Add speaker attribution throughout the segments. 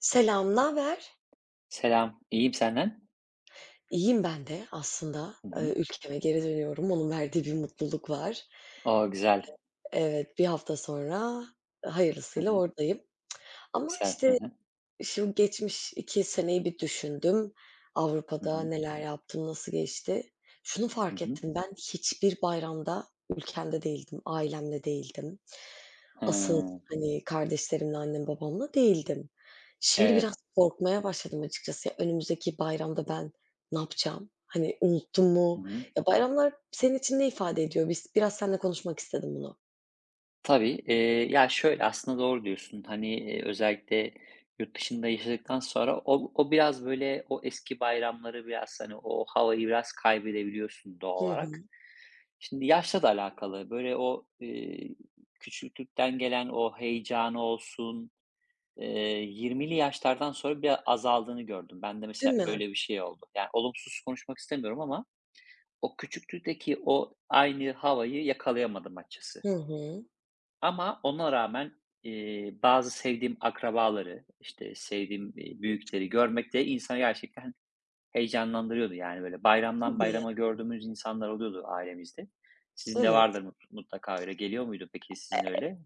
Speaker 1: Selam, naber?
Speaker 2: Selam, iyiyim senden?
Speaker 1: İyiyim ben de aslında.
Speaker 2: Hı
Speaker 1: Eee,
Speaker 2: hı.
Speaker 1: ülkeme geri dönüyorum. Onun verdiği bir mutluluk var.
Speaker 2: O, güzel.
Speaker 1: Evet, bir hafta sonra
Speaker 2: Hı
Speaker 1: hayırlısıyla
Speaker 2: hı.
Speaker 1: oradayım. Ama,
Speaker 2: Güzel. Hı
Speaker 1: işte,
Speaker 2: hı.
Speaker 1: şu geçmiş 2 seneyi bir düşündüm.
Speaker 2: Hı
Speaker 1: Avrupa'da
Speaker 2: hı.
Speaker 1: neler yaptım, nasıl geçti? Şunu
Speaker 2: Hı
Speaker 1: fark
Speaker 2: hı.
Speaker 1: ettim, ben hiçbir bayramda ülkemde değildim, ailemle değildim. Asıl,
Speaker 2: Hıı.
Speaker 1: hani, kardeşlerimle, annem babamla değildim. Şimdi
Speaker 2: Evet.
Speaker 1: biraz korkmaya başladım açıkçası. Ya, önümüzdeki bayramda ben ne yapacağım? Hani, unuttum
Speaker 2: Hı
Speaker 1: mu?
Speaker 2: hı.
Speaker 1: Ya, bayramlar senin için ne ifade ediyor? Biz biraz seninle konuşmak istedim bunu.
Speaker 2: Tabii, ya, şöyle, aslında doğru diyorsun. Hani, özellikle yurt dışında yaşadıktan sonra o biraz, böyle, o eski bayramları biraz, hani, o havayı biraz kaybedebiliyorsun doğal
Speaker 1: Hı hı.
Speaker 2: olarak. Şimdi yaşla da alakalı. Böyle, o, küçüklükten gelen o heyecanı olsun. 20'li yaşlardan sonra bir azaldığını gördüm. Ben de
Speaker 1: Değil
Speaker 2: mesela
Speaker 1: mi?
Speaker 2: öyle bir şey oldu. Yani, olumsuz konuşmak istemiyorum ama o küçüklükteki o aynı havayı yakalayamadım açıkçası.
Speaker 1: Hı hı.
Speaker 2: Ama ona rağmen, bazı sevdiğim akrabaları, işte, sevdiğim, büyükleri görmek de insanı gerçekten heyecanlandırıyordu. Yani, böyle,
Speaker 1: Değil
Speaker 2: bayramdan
Speaker 1: mi?
Speaker 2: bayrama gördüğümüz insanlar oluyordu ailemizde. Sizin de
Speaker 1: Evet.
Speaker 2: vardır mutlaka öyle. Geliyor muydu peki sizin öyle?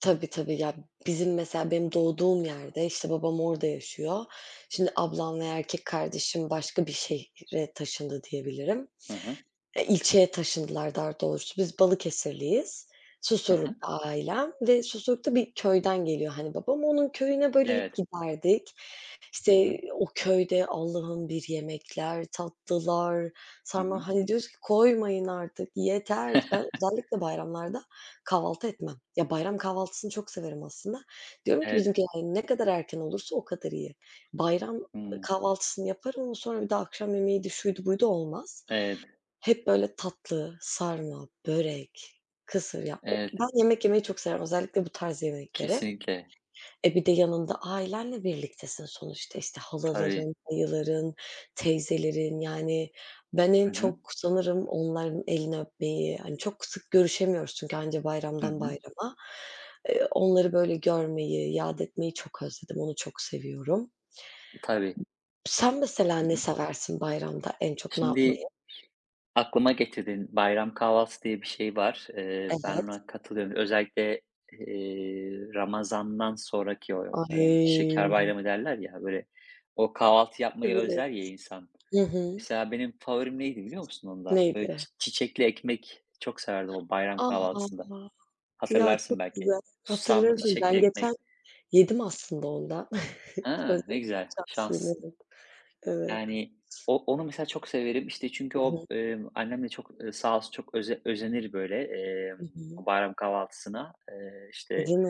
Speaker 1: Tabii, tabii. Ya, bizim mesela benim doğduğum yerde, işte, babam orada yaşıyor. Şimdi ablam ve erkek kardeşim başka bir şehre taşındı diyebilirim.
Speaker 2: Hı hı.
Speaker 1: İlçeye taşındılar daha doğrusu. Biz Balıkesirliyiz.
Speaker 2: Hı hı.
Speaker 1: Susurluk'ta ailem ve Susurluk'ta bir köyden geliyor, hani, babam. Onun köyüne böyle hep
Speaker 2: Evet.
Speaker 1: giderdik.
Speaker 2: Hı hı.
Speaker 1: İşte, o köyde Allah'ım bir yemekler, tatlılar,
Speaker 2: Hı hı.
Speaker 1: sarma, hani, diyoruz ki "Koymayın artık, yeter." Ben özellikle bayramlarda kahvaltı etmem. Ya, bayram kahvaltısını çok severim aslında. Diyorum ki
Speaker 2: Evet.
Speaker 1: bizimkilere, "Ne kadar erken olursa o kadar iyi." Bayram,
Speaker 2: Hımm.
Speaker 1: kahvaltısını yaparım ama sonra bir de akşam yemeğiydi, şuydu buydu olmaz.
Speaker 2: Evet.
Speaker 1: Hep böyle tatlı, sarma, börek, kısır ya o
Speaker 2: Evet,
Speaker 1: ben yemek yemeyi çok severim özellikle bu tarz yemekleri.
Speaker 2: kesinlikle.
Speaker 1: E, bir de yanında ailenle birliktesin sonuçta, işte,
Speaker 2: Tabii.
Speaker 1: halaların, dayıların, teyzelerin, yani ben en
Speaker 2: Hı hı.
Speaker 1: çok sanırım onların elini öpmeyi, hani, çok sık görüşemiyoruz çünkü anca
Speaker 2: Hı
Speaker 1: bayramdan
Speaker 2: hı.
Speaker 1: bayrama. Onları böyle görmeyi, yad etmeyi çok özledim, onu çok seviyorum.
Speaker 2: Tabii.
Speaker 1: Sen mesela
Speaker 2: Hı
Speaker 1: ne
Speaker 2: hı.
Speaker 1: seversin bayramda en çok ne yapmayı?
Speaker 2: Şimdi aklıma getirdin. Bayram kahvaltısı diye bir şey var. Ben
Speaker 1: Evet.
Speaker 2: ona katılıyorum. Özellikle, Ramazan'dan sonraki o, hani,
Speaker 1: Ay!
Speaker 2: şeker bayramı derler ya, böyle, o kahvaltı yapmayı
Speaker 1: Evet.
Speaker 2: özler ya insan.
Speaker 1: Hı hı.
Speaker 2: Mesela benim favorim neydi biliyor musun onda? Böyle
Speaker 1: Neydi?
Speaker 2: çiçekli ekmek çok severdim o bayram
Speaker 1: A!
Speaker 2: kahvaltısında.
Speaker 1: Ya, çok
Speaker 2: Hatırlarsın belki.
Speaker 1: güzel.
Speaker 2: Susamlı
Speaker 1: Hatırladım.
Speaker 2: çiçekli
Speaker 1: Ben geçen
Speaker 2: ekmek.
Speaker 1: yedim aslında ondan. O
Speaker 2: Ha,
Speaker 1: yüzden
Speaker 2: ne güzel.
Speaker 1: şanslıyım,
Speaker 2: Şanslısın.
Speaker 1: evet. Evet.
Speaker 2: Yani, onu mesela çok severim. İşte çünkü
Speaker 1: Hı
Speaker 2: o,
Speaker 1: hı.
Speaker 2: annem de çok, sağ olsun çok özenir böyle,
Speaker 1: Hı hı.
Speaker 2: o bayram kahvaltısına. İşte,
Speaker 1: Değil mi?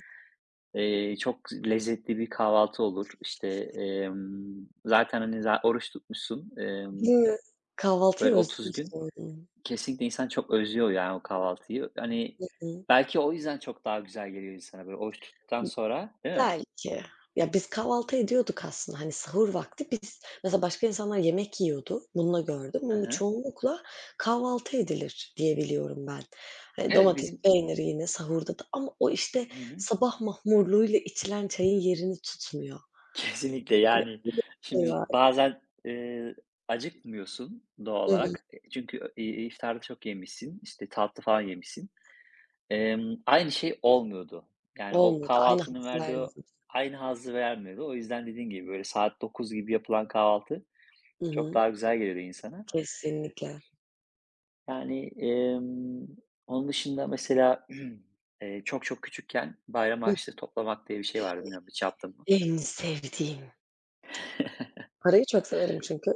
Speaker 2: çok lezzetli bir kahvaltı olur. işte zaten, hani, oruç tutmuşsun,
Speaker 1: Değil mi? Kahvaltıyı
Speaker 2: böyle 30 gün.
Speaker 1: özlüyorsun.
Speaker 2: Kesinlikle insan çok özlüyor yani o kahvaltıyı. Hani,
Speaker 1: Hı hı.
Speaker 2: belki o yüzden çok daha güzel geliyor insana böyle oruç tuttuktan sonra, değil mi?
Speaker 1: Belki. Ya, biz kahvaltı ediyorduk aslında, hani, sahur vakti biz mesela başka insanlar yemek yiyordu, bunu da gördüm
Speaker 2: Hı
Speaker 1: ama
Speaker 2: hı.
Speaker 1: çoğunlukla kahvaltı edilir diye biliyorum ben. Hani,
Speaker 2: Evet,
Speaker 1: domates,
Speaker 2: bizim...
Speaker 1: peynir yine sahurda da ama o, işte,
Speaker 2: Hı hı.
Speaker 1: sabah mahmurluğuyla içilen çayın yerini tutmuyor.
Speaker 2: Kesinlikle,
Speaker 1: Hani,
Speaker 2: yani,
Speaker 1: öyle bir şey
Speaker 2: şimdi
Speaker 1: var.
Speaker 2: bazen, acıkmıyorsun doğal
Speaker 1: Hı hı.
Speaker 2: olarak. E, çünkü, iftarda çok yemişsin, işte, tatlı falan yemişsin. Aynı şey olmuyordu. Yani, o
Speaker 1: Olmuyor da aynı
Speaker 2: kahvaltının
Speaker 1: hazzı
Speaker 2: verdiği o
Speaker 1: vermiyor.
Speaker 2: aynı hazzı vermiyordu. O yüzden dediğin gibi, böyle, saat 9 gibi yapılan kahvaltı
Speaker 1: Hı
Speaker 2: çok
Speaker 1: hı.
Speaker 2: daha güzel geliyordu insana.
Speaker 1: Kesinlikle.
Speaker 2: Yani, onun dışında mesela, çok çok küçükken bayram
Speaker 1: Hıh.
Speaker 2: harçlığı toplamak diye bir şey vardı. Bilmiyorum, hiç yaptın mı?
Speaker 1: En sevdiğim. Parayı çok severim çünkü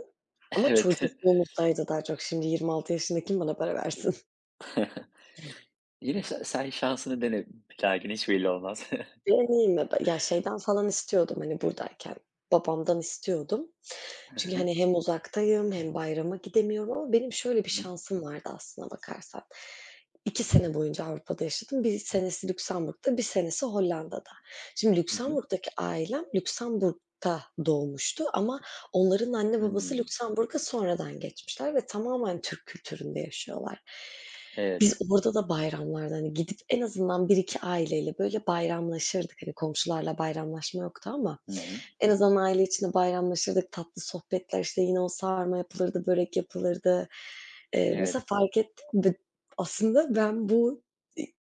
Speaker 1: ama
Speaker 2: Evet.
Speaker 1: çocukluğumuzdaydı daha çok. Şimdi 26 yaşında kim bana para versin?
Speaker 2: Yine sen şansını dene. Lakin hiç belli olmaz.
Speaker 1: Deneyeyim mi? Ya, şeyden falan istiyordum, hani, buradayken, babamdan istiyordum.
Speaker 2: Hı
Speaker 1: Çünkü,
Speaker 2: hı.
Speaker 1: hani, hem uzaktayım hem bayrama gidemiyorum ama benim şöyle bir
Speaker 2: Hı hı.
Speaker 1: şansım vardı aslına bakarsan. İki sene boyunca Avrupa'da yaşadım. Bir senesi Lüksemburg'da, bir senesi Hollanda'da. Şimdi
Speaker 2: Hı.
Speaker 1: Lüksemburg'daki ailem Lüksemburg'da doğmuştu ama onların anne babası
Speaker 2: Hmm.
Speaker 1: Lüksemburg'a sonradan geçmişler ve tamamen Türk kültüründe yaşıyorlar. Biz
Speaker 2: Evet.
Speaker 1: orada da bayramlarda, hani, gidip en azından bir iki aileyle, böyle, bayramlaşırdık. Hani, komşularla bayramlaşma yoktu ama
Speaker 2: Hı hı.
Speaker 1: en azından aile içinde bayramlaşırdık. Tatlı sohbetler, işte, yine o sarma yapılırdı, börek yapılırdı. Eee,
Speaker 2: Evet.
Speaker 1: mesela fark ettim de aslında ben bu, eee,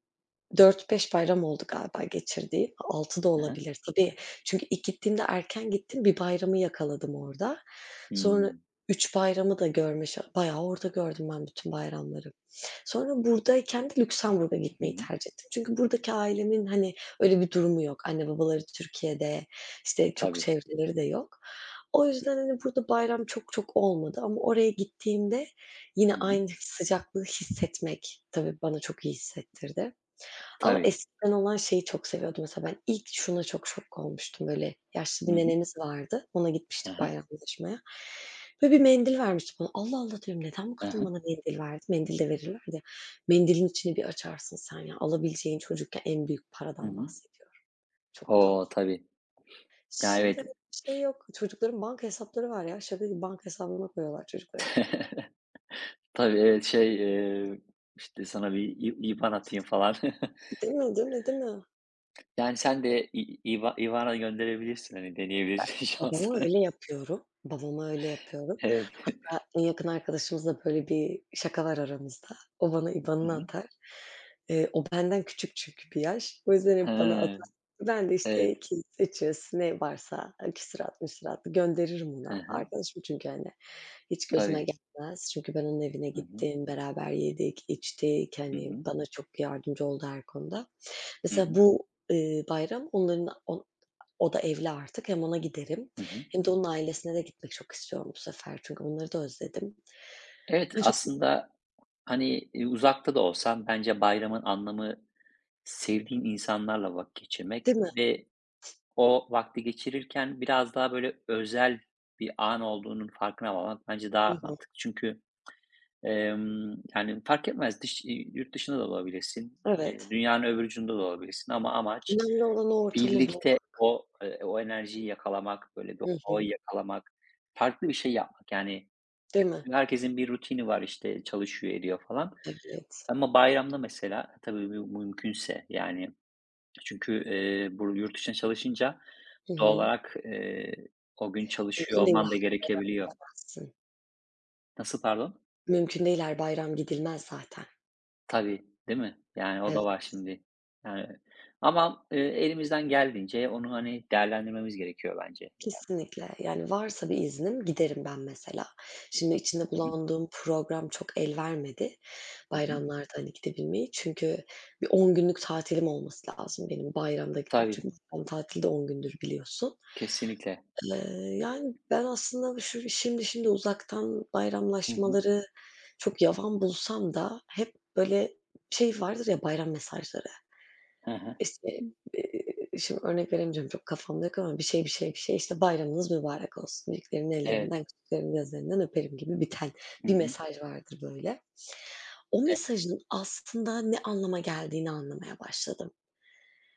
Speaker 1: dört beş bayram oldu galiba geçirdiği, 6 da
Speaker 2: Hı hı.
Speaker 1: olabilir tabii. Çünkü ilk gittiğimde erken gittim, bir bayramı yakaladım orada. Sonra
Speaker 2: Hımm.
Speaker 1: 3 bayramı da görme şa bayağı orada gördüm ben bütün bayramları. Sonra buradayken de Lüksemburg'a
Speaker 2: Hı
Speaker 1: gitmeyi
Speaker 2: hı.
Speaker 1: tercih ettim. Çünkü buradaki ailemin, hani, öyle bir durumu yok. Anne babaları Türkiye'de, işte, çok
Speaker 2: Tabii.
Speaker 1: çevreleri de yok. O yüzden, hani, burada bayram çok çok olmadı ama oraya gittiğimde yine
Speaker 2: Hı hı.
Speaker 1: aynı sıcaklığı hissetmek tabii bana çok iyi hissettirdi. Ama
Speaker 2: Tabii.
Speaker 1: eskiden olan şeyi çok seviyordum mesela ben ilk şuna çok şok olmuştum, böyle, yaşlı
Speaker 2: Hı
Speaker 1: bir
Speaker 2: hı.
Speaker 1: nenemiz vardı. Ona
Speaker 2: Hı
Speaker 1: gitmiştik
Speaker 2: hı.
Speaker 1: bayramlaşmaya. Böyle bir mendil vermişti bana. Allah Allah diyorum neden bu
Speaker 2: Hı
Speaker 1: kadın
Speaker 2: hı.
Speaker 1: bana mendil verdi? Mendil de verirler ya. Mendilin içini bir açarsın sen ya. Alabileceğin çocukken en büyük
Speaker 2: Hı
Speaker 1: paradan
Speaker 2: hı.
Speaker 1: bahsediyorum. Çok
Speaker 2: O!
Speaker 1: tatlı.
Speaker 2: Tabii. Ya,
Speaker 1: Şimdi öyle
Speaker 2: evet.
Speaker 1: bir şey yok. Çocukların banka hesapları var ya. Şaka gibi banka hesabına koyuyorlar çocukların.
Speaker 2: Tabii, evet, şey, işte, sana bir İBAN atayım falan.
Speaker 1: Değil mi, değil mi, değil mi?
Speaker 2: Yani, sen de İ İBA İBAN'a gönderebilirsin, hani,
Speaker 1: Ben
Speaker 2: deneyebilirsin
Speaker 1: babama
Speaker 2: şansını.
Speaker 1: öyle yapıyorum, babama öyle yapıyorum.
Speaker 2: Evet.
Speaker 1: Hatta en yakın arkadaşımızla böyle bir şaka var aramızda. O bana
Speaker 2: Hı
Speaker 1: IBAN'ını
Speaker 2: hı.
Speaker 1: atar. O benden küçük çünkü bir yaş. O yüzden hep bana
Speaker 2: He,
Speaker 1: atar. Ben de
Speaker 2: evet.
Speaker 1: işte ki seçiyorsun ne varsa, küsurat gönderirim
Speaker 2: Hı
Speaker 1: ona.
Speaker 2: hı.
Speaker 1: Arkadaşım çünkü hani hiç gözüme
Speaker 2: Tabii.
Speaker 1: gelmez. Çünkü ben onun evine
Speaker 2: Hı hı.
Speaker 1: gittim, beraber yedik, içtik.
Speaker 2: Hı
Speaker 1: Hani
Speaker 2: hı.
Speaker 1: bana çok yardımcı oldu her konuda.
Speaker 2: Hı
Speaker 1: Mesela
Speaker 2: hı.
Speaker 1: bu bayram onların on o da evli artık. Hem ona giderim
Speaker 2: Hı hı.
Speaker 1: hem de onun ailesine de gitmek çok istiyorum bu sefer çünkü onları da özledim.
Speaker 2: Evet,
Speaker 1: Ay, çok
Speaker 2: aslında, hani, uzakta da olsan bence bayramın anlamı sevdiğin insanlarla vakit geçirmek
Speaker 1: Değil mi?
Speaker 2: ve o vakti geçirirken biraz daha, böyle, özel bir an olduğunun farkına varmak bence
Speaker 1: Hı
Speaker 2: daha
Speaker 1: hı.
Speaker 2: mantıklı. Çünkü, yani, fark etmez yurt dışında da olabilirsin,
Speaker 1: Evet.
Speaker 2: dünyanın öbür ucunda da olabilirsin ama amaç
Speaker 1: Önemli olan o ortamı
Speaker 2: birlikte
Speaker 1: bulmak.
Speaker 2: o, o enerjiyi yakalamak, böyle, bir
Speaker 1: Hı
Speaker 2: havayı
Speaker 1: hı.
Speaker 2: yakalamak, farklı bir şey yapmak. Yani,
Speaker 1: Değil mi?
Speaker 2: herkesin bir rutini var, işte, çalışıyor, ediyor falan
Speaker 1: Evet.
Speaker 2: ama bayramda mesela tabii bu mümkünse, yani, çünkü, bu yurt dışında çalışınca
Speaker 1: Hı
Speaker 2: doğal
Speaker 1: hı.
Speaker 2: olarak, o gün çalışıyor
Speaker 1: Mümkün değil
Speaker 2: olman da
Speaker 1: her bayram
Speaker 2: gerekebiliyor.
Speaker 1: gidemezsin.
Speaker 2: Nasıl, pardon?
Speaker 1: Mümkün değil her bayram gidilmez zaten.
Speaker 2: Tabii, değil mi? Yani, o
Speaker 1: Evet.
Speaker 2: da var şimdi. Yani, ama, elimizden geldiğince onu, hani, değerlendirmemiz gerekiyor bence.
Speaker 1: Kesinlikle. Yani, varsa bir iznim giderim ben mesela. Şimdi içinde
Speaker 2: Hı hı.
Speaker 1: bulunduğum program çok el vermedi
Speaker 2: Hı hı.
Speaker 1: bayramlarda, hani, gidebilmeyi. Çünkü bir 10 günlük tatilim olması lazım benim bayramda gitmek.
Speaker 2: Tabii,
Speaker 1: Çünkü bayram tatili de 10 gündür biliyorsun.
Speaker 2: kesinlikle.
Speaker 1: Eee, yani, ben aslında şu şimdi şimdi uzaktan
Speaker 2: Hı hı.
Speaker 1: bayramlaşmaları çok yavan bulsam da hep böyle şey vardır ya bayram mesajları.
Speaker 2: Hı hı.
Speaker 1: İşte, eee, şimdi örnek veremeyeceğim çok kafamda yok ama bir şey, bir şey, bir şey, işte, "Bayramınız mübarek olsun. Büyüklerin
Speaker 2: Evet.
Speaker 1: ellerinden, küçüklerin gözlerinden öperim." gibi biten
Speaker 2: Hı
Speaker 1: bir
Speaker 2: hı.
Speaker 1: mesaj vardır böyle. O
Speaker 2: E.
Speaker 1: mesajın aslında ne anlama geldiğini anlamaya başladım.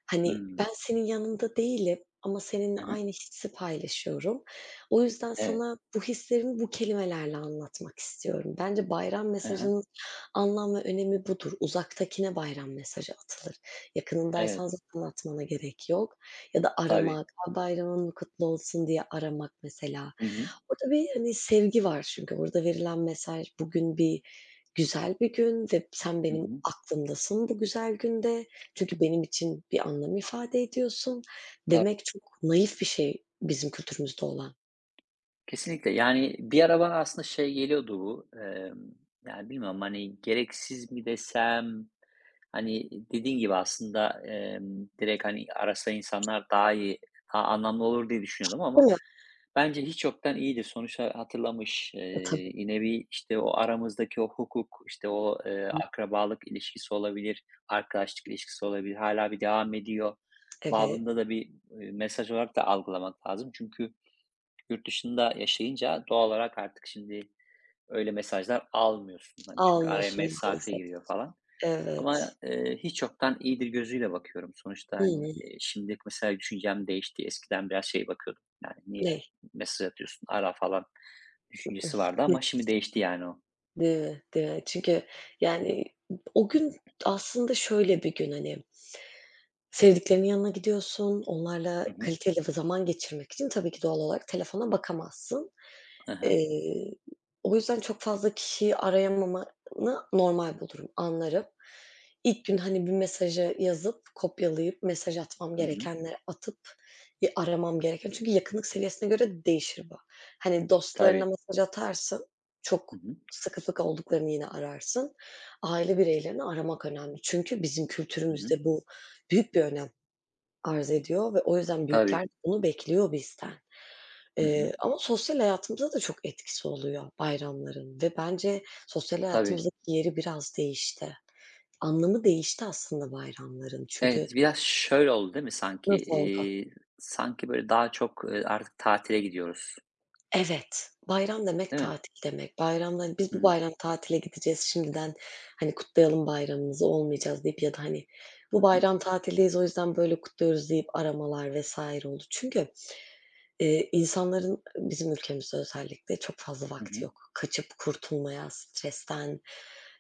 Speaker 1: Hani, ben
Speaker 2: Hımm.
Speaker 1: senin yanında değilim ama seninle
Speaker 2: Hı hı.
Speaker 1: aynı hissi paylaşıyorum. O yüzden
Speaker 2: Evet.
Speaker 1: sana bu hislerimi bu kelimelerle anlatmak istiyorum. Bence bayram
Speaker 2: Hı hı.
Speaker 1: mesajının anlam ve önemi budur. Uzaktakine bayram mesajı atılır. Yakınındaysan
Speaker 2: Evet.
Speaker 1: zaten atmana gerek yok ya da
Speaker 2: Tabii.
Speaker 1: aramak, "A, bayramın kutlu olsun." diye aramak mesela.
Speaker 2: Hı hı.
Speaker 1: Orada bir, hani, sevgi var çünkü orada verilen mesaj, bugün bir güzel bir gün ve sen
Speaker 2: Hı
Speaker 1: benim
Speaker 2: hı.
Speaker 1: aklımdasın bu güzel günde. Çünkü benim için bir anlam ifade ediyorsun
Speaker 2: Ta
Speaker 1: demek çok naif bir şey bizim kültürümüzde olan,
Speaker 2: kesinlikle. Yani, bir ara bana aslında şey geliyordu bu, yani, bilmiyorum, hani, gereksiz mi desem, hani, dediğin gibi aslında, direkt, hani, arasa insanlar daha iyi, daha anlamlı olur diye düşünüyordum ama
Speaker 1: değil mi?
Speaker 2: bence hiç yoktan iyidir. Sonuçta hatırlamış,
Speaker 1: E, tabii.
Speaker 2: yine bir, işte, o aramızdaki o hukuk, işte, o, akrabalık ilişkisi olabilir, arkadaşlık ilişkisi olabilir, hala bir devam ediyor
Speaker 1: Evet.
Speaker 2: babında da bir, mesaj olarak da algılamak lazım. Çünkü yurt dışında yaşayınca doğal olarak artık şimdi öyle mesajlar almıyorsun. Hani, çünkü araya
Speaker 1: Almıyorsun
Speaker 2: mesafe
Speaker 1: maalesef.
Speaker 2: giriyor falan
Speaker 1: Evet.
Speaker 2: ama, hiç yoktan iyidir gözüyle bakıyorum. Sonuçta,
Speaker 1: Hı
Speaker 2: hani,
Speaker 1: hı.
Speaker 2: şimdi mesela düşüncem değişti. Eskiden biraz şey bakıyordum, yani, niye
Speaker 1: Ne?
Speaker 2: mesaj atıyorsun, ara falan düşüncesi vardı ama şimdi değişti yani o.
Speaker 1: Değil mi? Değil mi? Çünkü, yani, o gün aslında şöyle bir gün, hani, sevdiklerinin yanına gidiyorsun, onlarla
Speaker 2: Hı hı.
Speaker 1: kaliteli zaman geçirmek için tabii ki doğal olarak telefona bakamazsın.
Speaker 2: Hı hı.
Speaker 1: Eee, o yüzden çok fazla kişiyi arayamamanı normal bulurum, anlarım. İlk gün, hani, bir mesajı yazıp, kopyalayıp, mesaj atmam
Speaker 2: Hı.
Speaker 1: gerekenleri atıp, bir aramam gereken Çünkü yakınlık seviyesine göre değişir bu. Hani, dostlarına
Speaker 2: Tabii.
Speaker 1: mesaj atarsın,
Speaker 2: Hı
Speaker 1: çok
Speaker 2: hı.
Speaker 1: sıkı fıkı olduklarını yine ararsın. Aile bireylerini aramak önemli. Çünkü bizim
Speaker 2: Hı hı.
Speaker 1: kültürümüzde bu büyük bir önem arz ediyor ve o yüzden büyükler
Speaker 2: Tabii.
Speaker 1: bunu bekliyor bizden.
Speaker 2: Hı
Speaker 1: Eee,
Speaker 2: hı.
Speaker 1: ama sosyal hayatımıza da çok etkisi oluyor bayramların ve bence sosyal
Speaker 2: Tabii.
Speaker 1: hayatımızdaki yeri biraz değişti. Anlamı değişti aslında bayramların çünkü
Speaker 2: Evet, biraz şöyle oldu değil mi sanki?
Speaker 1: nasıl oldu?
Speaker 2: Sanki böyle daha çok, artık tatile gidiyoruz,
Speaker 1: Evet, bayram demek
Speaker 2: değil mi?
Speaker 1: tatil demek. Bayramda, hani, "Biz bu
Speaker 2: Hıı.
Speaker 1: bayram tatile gideceğiz, şimdiden, hani, kutlayalım bayramımızı, olmayacağız." deyip ya da, hani, "Bu
Speaker 2: Hı hı.
Speaker 1: bayram tatildeyiz, o yüzden böyle kutluyoruz." deyip aramalar vesaire oldu. Çünkü insanların bizim ülkemizde özellikle çok fazla
Speaker 2: Hı
Speaker 1: vakti
Speaker 2: hı.
Speaker 1: yok. Kaçıp kurtulmaya, stresten,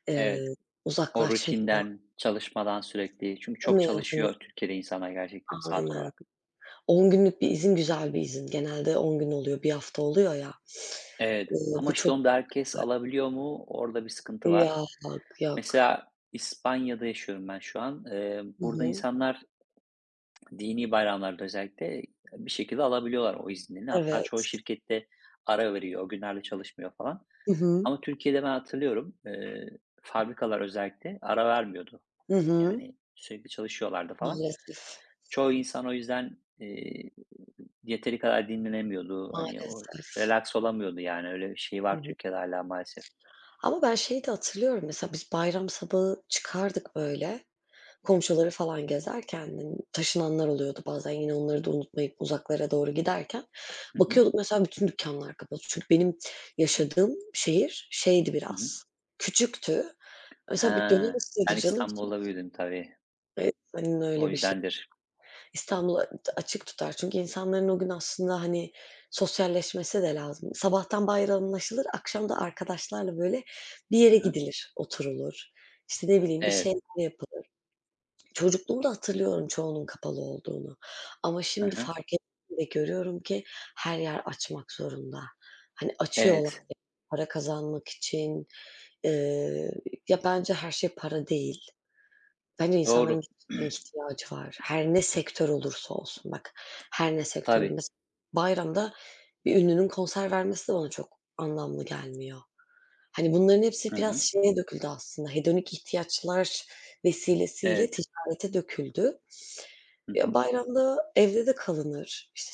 Speaker 1: eee,
Speaker 2: Evet, o
Speaker 1: uzaklaşmaya,
Speaker 2: rutinden, çalışmadan sürekli, çünkü
Speaker 1: değil
Speaker 2: çok
Speaker 1: mi? Hani,
Speaker 2: çalışıyor Türkiye'de insanlar gerçekten saat
Speaker 1: aynen.
Speaker 2: olarak.
Speaker 1: 10 günlük bir izin güzel bir izin. Genelde 10 gün oluyor, bir hafta oluyor ya.
Speaker 2: Evet,
Speaker 1: Iıı,
Speaker 2: ama
Speaker 1: bu
Speaker 2: işte
Speaker 1: çok
Speaker 2: onu da herkes
Speaker 1: güzel.
Speaker 2: alabiliyor mu? Orada bir sıkıntı
Speaker 1: Ya,
Speaker 2: var.
Speaker 1: bak, yok.
Speaker 2: Mesela İspanya'da yaşıyorum ben şu an.
Speaker 1: Hı
Speaker 2: Burada
Speaker 1: hı.
Speaker 2: insanlar dini bayramlarda özellikle bir şekilde alabiliyorlar o iznini. Hatta çoğu
Speaker 1: Evet.
Speaker 2: şirkette ara veriyor, o günlerde çalışmıyor falan.
Speaker 1: Hı hı.
Speaker 2: Ama Türkiye'de ben hatırlıyorum, fabrikalar özellikle ara vermiyordu.
Speaker 1: Hı hı.
Speaker 2: Yani sürekli çalışıyorlardı falan.
Speaker 1: Maalesef,
Speaker 2: Çoğu insan o yüzden, yeteri kadar dinlenemiyordu. Hani, o
Speaker 1: maalesef.
Speaker 2: relax olamıyordu, yani, öyle bir şey
Speaker 1: Hı
Speaker 2: var
Speaker 1: hı.
Speaker 2: Türkiye'de hala maalesef.
Speaker 1: Ama ben şeyi de hatırlıyorum mesela biz bayram sabahı çıkardık böyle, komşuları falan gezerken, hani, taşınanlar oluyordu bazen yine onları da unutmayıp uzaklara doğru giderken
Speaker 2: Hı hı.
Speaker 1: bakıyorduk mesela bütün dükkanlar kapalı. Çünkü benim yaşadığım şehir şeydi
Speaker 2: Hı hı.
Speaker 1: biraz, küçüktü. Mesela bir dönem
Speaker 2: He,
Speaker 1: istedi
Speaker 2: sen
Speaker 1: canım ki
Speaker 2: İstanbul'da büyüdüm tabii.
Speaker 1: Evet, aynen
Speaker 2: O
Speaker 1: öyle bir şey.
Speaker 2: yüzdendir.
Speaker 1: İstanbul a açık tutar çünkü insanların o gün aslında, hani, sosyalleşmesi de lazım. Sabahtan bayramlaşılır, akşam da arkadaşlarla, böyle, bir
Speaker 2: Hı
Speaker 1: yere
Speaker 2: hı.
Speaker 1: gidilir, oturulur. İşte, ne bileyim, bir
Speaker 2: Evet.
Speaker 1: şeyler yapılır. Çocukluğumda hatırlıyorum çoğunun kapalı olduğunu ama
Speaker 2: Hı
Speaker 1: şimdi
Speaker 2: hı.
Speaker 1: fark ettim ve görüyorum ki her yer açmak zorunda. Hani açıyorlar
Speaker 2: Evet.
Speaker 1: ya, para kazanmak için. Eee, ya, bence her şey para değil. Bence insanların
Speaker 2: Doğru.
Speaker 1: gerçekten ihtiyacı var. Her ne sektör olursa olsun bak, her ne sektörün
Speaker 2: Tabii.
Speaker 1: mesela bayramda bir ünlünün konser vermesi de bana çok anlamlı gelmiyor. Hani bunların hepsi
Speaker 2: Hı
Speaker 1: biraz
Speaker 2: hı.
Speaker 1: şeye döküldü aslında, hedonik ihtiyaçlar vesilesiyle
Speaker 2: Evet.
Speaker 1: ticarete döküldü
Speaker 2: Hı
Speaker 1: ya,
Speaker 2: hı.
Speaker 1: bayramda evde de kalınır, işte,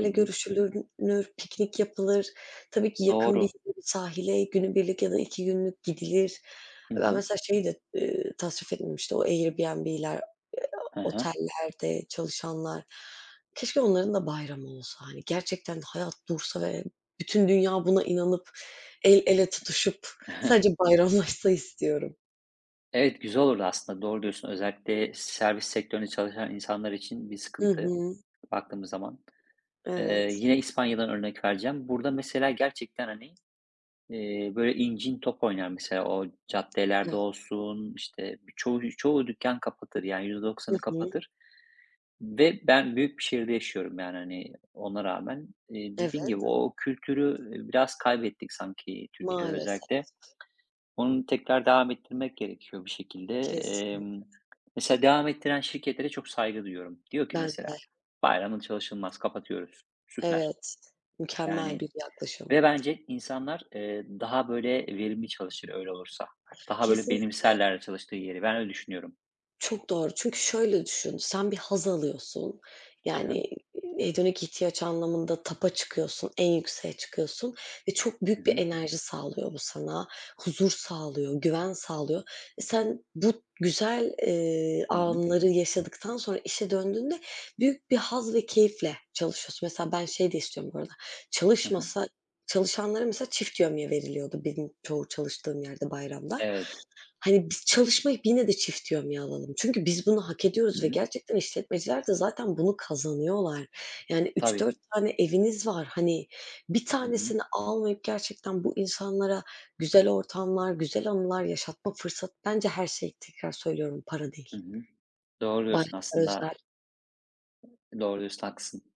Speaker 2: Hı hı.
Speaker 1: görüşülür piknik yapılır. Tabii ki yakın bir
Speaker 2: Doğru.
Speaker 1: sahile günübirlik ya da 2 günlük gidilir.
Speaker 2: Hı
Speaker 1: Ben
Speaker 2: hı.
Speaker 1: mesela şeyi de tasvip etmemiştim, İşte, o Airbnb'ler,
Speaker 2: Hı hı.
Speaker 1: otellerde çalışanlar. Keşke onların da bayramı olsa, hani, gerçekten hayat dursa ve bütün dünya buna inanıp, el ele tutuşup sadece bayramlaşsa istiyorum.
Speaker 2: Evet, güzel olurdu aslında, doğru diyorsun. Özellikle servis sektöründe çalışan insanlar için bir
Speaker 1: Hı
Speaker 2: sıkıntı
Speaker 1: hı.
Speaker 2: baktığımız zaman.
Speaker 1: Evet.
Speaker 2: Yine İspanya'dan örnek vereceğim. Burada mesela gerçekten, hani, böyle incin top oynar mesela o caddelerde
Speaker 1: Evet.
Speaker 2: olsun, işte, çoğu dükkan kapatır, yani yüzde
Speaker 1: Hı
Speaker 2: doksanı
Speaker 1: hı.
Speaker 2: kapatır ve ben büyük bir şehirde yaşıyorum, yani, hani, ona rağmen. Dediğin
Speaker 1: Evet.
Speaker 2: gibi o kültürü, biraz kaybettik sanki Türkiye'de
Speaker 1: Maalesef.
Speaker 2: özellikle. Onu tekrar devam ettirmek gerekiyor bir şekilde.
Speaker 1: Kesin.
Speaker 2: Mesela devam ettiren şirketlere çok saygı duyuyorum. Diyor ki
Speaker 1: Ben de,
Speaker 2: mesela, "bayramın çalışılmaz, kapatıyoruz." Süper.
Speaker 1: evet. Mükemmel
Speaker 2: Yani,
Speaker 1: bir yaklaşım.
Speaker 2: ve bence insanlar, daha böyle verimli çalışır öyle olursa. Daha böyle
Speaker 1: Kesinlikle.
Speaker 2: benimserler çalıştığı yeri. Ben öyle düşünüyorum.
Speaker 1: Çok doğru. Çünkü şöyle düşün, sen bir haz alıyorsun.
Speaker 2: Hı hı.
Speaker 1: Yani, hedonik ihtiyaç anlamında tapa çıkıyorsun, en yükseğe çıkıyorsun ve çok
Speaker 2: Hı
Speaker 1: büyük bir
Speaker 2: hı.
Speaker 1: enerji sağlıyor bu sana. Huzur sağlıyor, güven sağlıyor. E, sen bu güzel
Speaker 2: Hı hı.
Speaker 1: anları yaşadıktan sonra işe döndüğünde büyük bir haz ve keyifle çalışıyorsun. Mesela ben şey de istiyorum bu arada,
Speaker 2: Hı hı.
Speaker 1: çalışmasa çalışanlara mesela çift yövmiye veriliyordu benim çoğu çalıştığım yerde bayramda.
Speaker 2: Evet.
Speaker 1: Hani, biz çalışmayıp yine de çift yön alalım Çünkü biz bunu hak
Speaker 2: Hı
Speaker 1: ediyoruz ve
Speaker 2: hı.
Speaker 1: gerçekten işletmeciler de zaten bunu kazanıyorlar. Yani üç
Speaker 2: Tabii.
Speaker 1: dört tane eviniz var. Hani, bir
Speaker 2: Hı hı.
Speaker 1: tanesini almayıp gerçekten bu insanlara güzel ortamlar, güzel anılar yaşatma fırsatı bence her şey, tekrar söylüyorum, para değil.
Speaker 2: Hı hı. Doğru
Speaker 1: Başta
Speaker 2: diyorsun aslında.
Speaker 1: özel
Speaker 2: Doğru diyorsun, haklısın.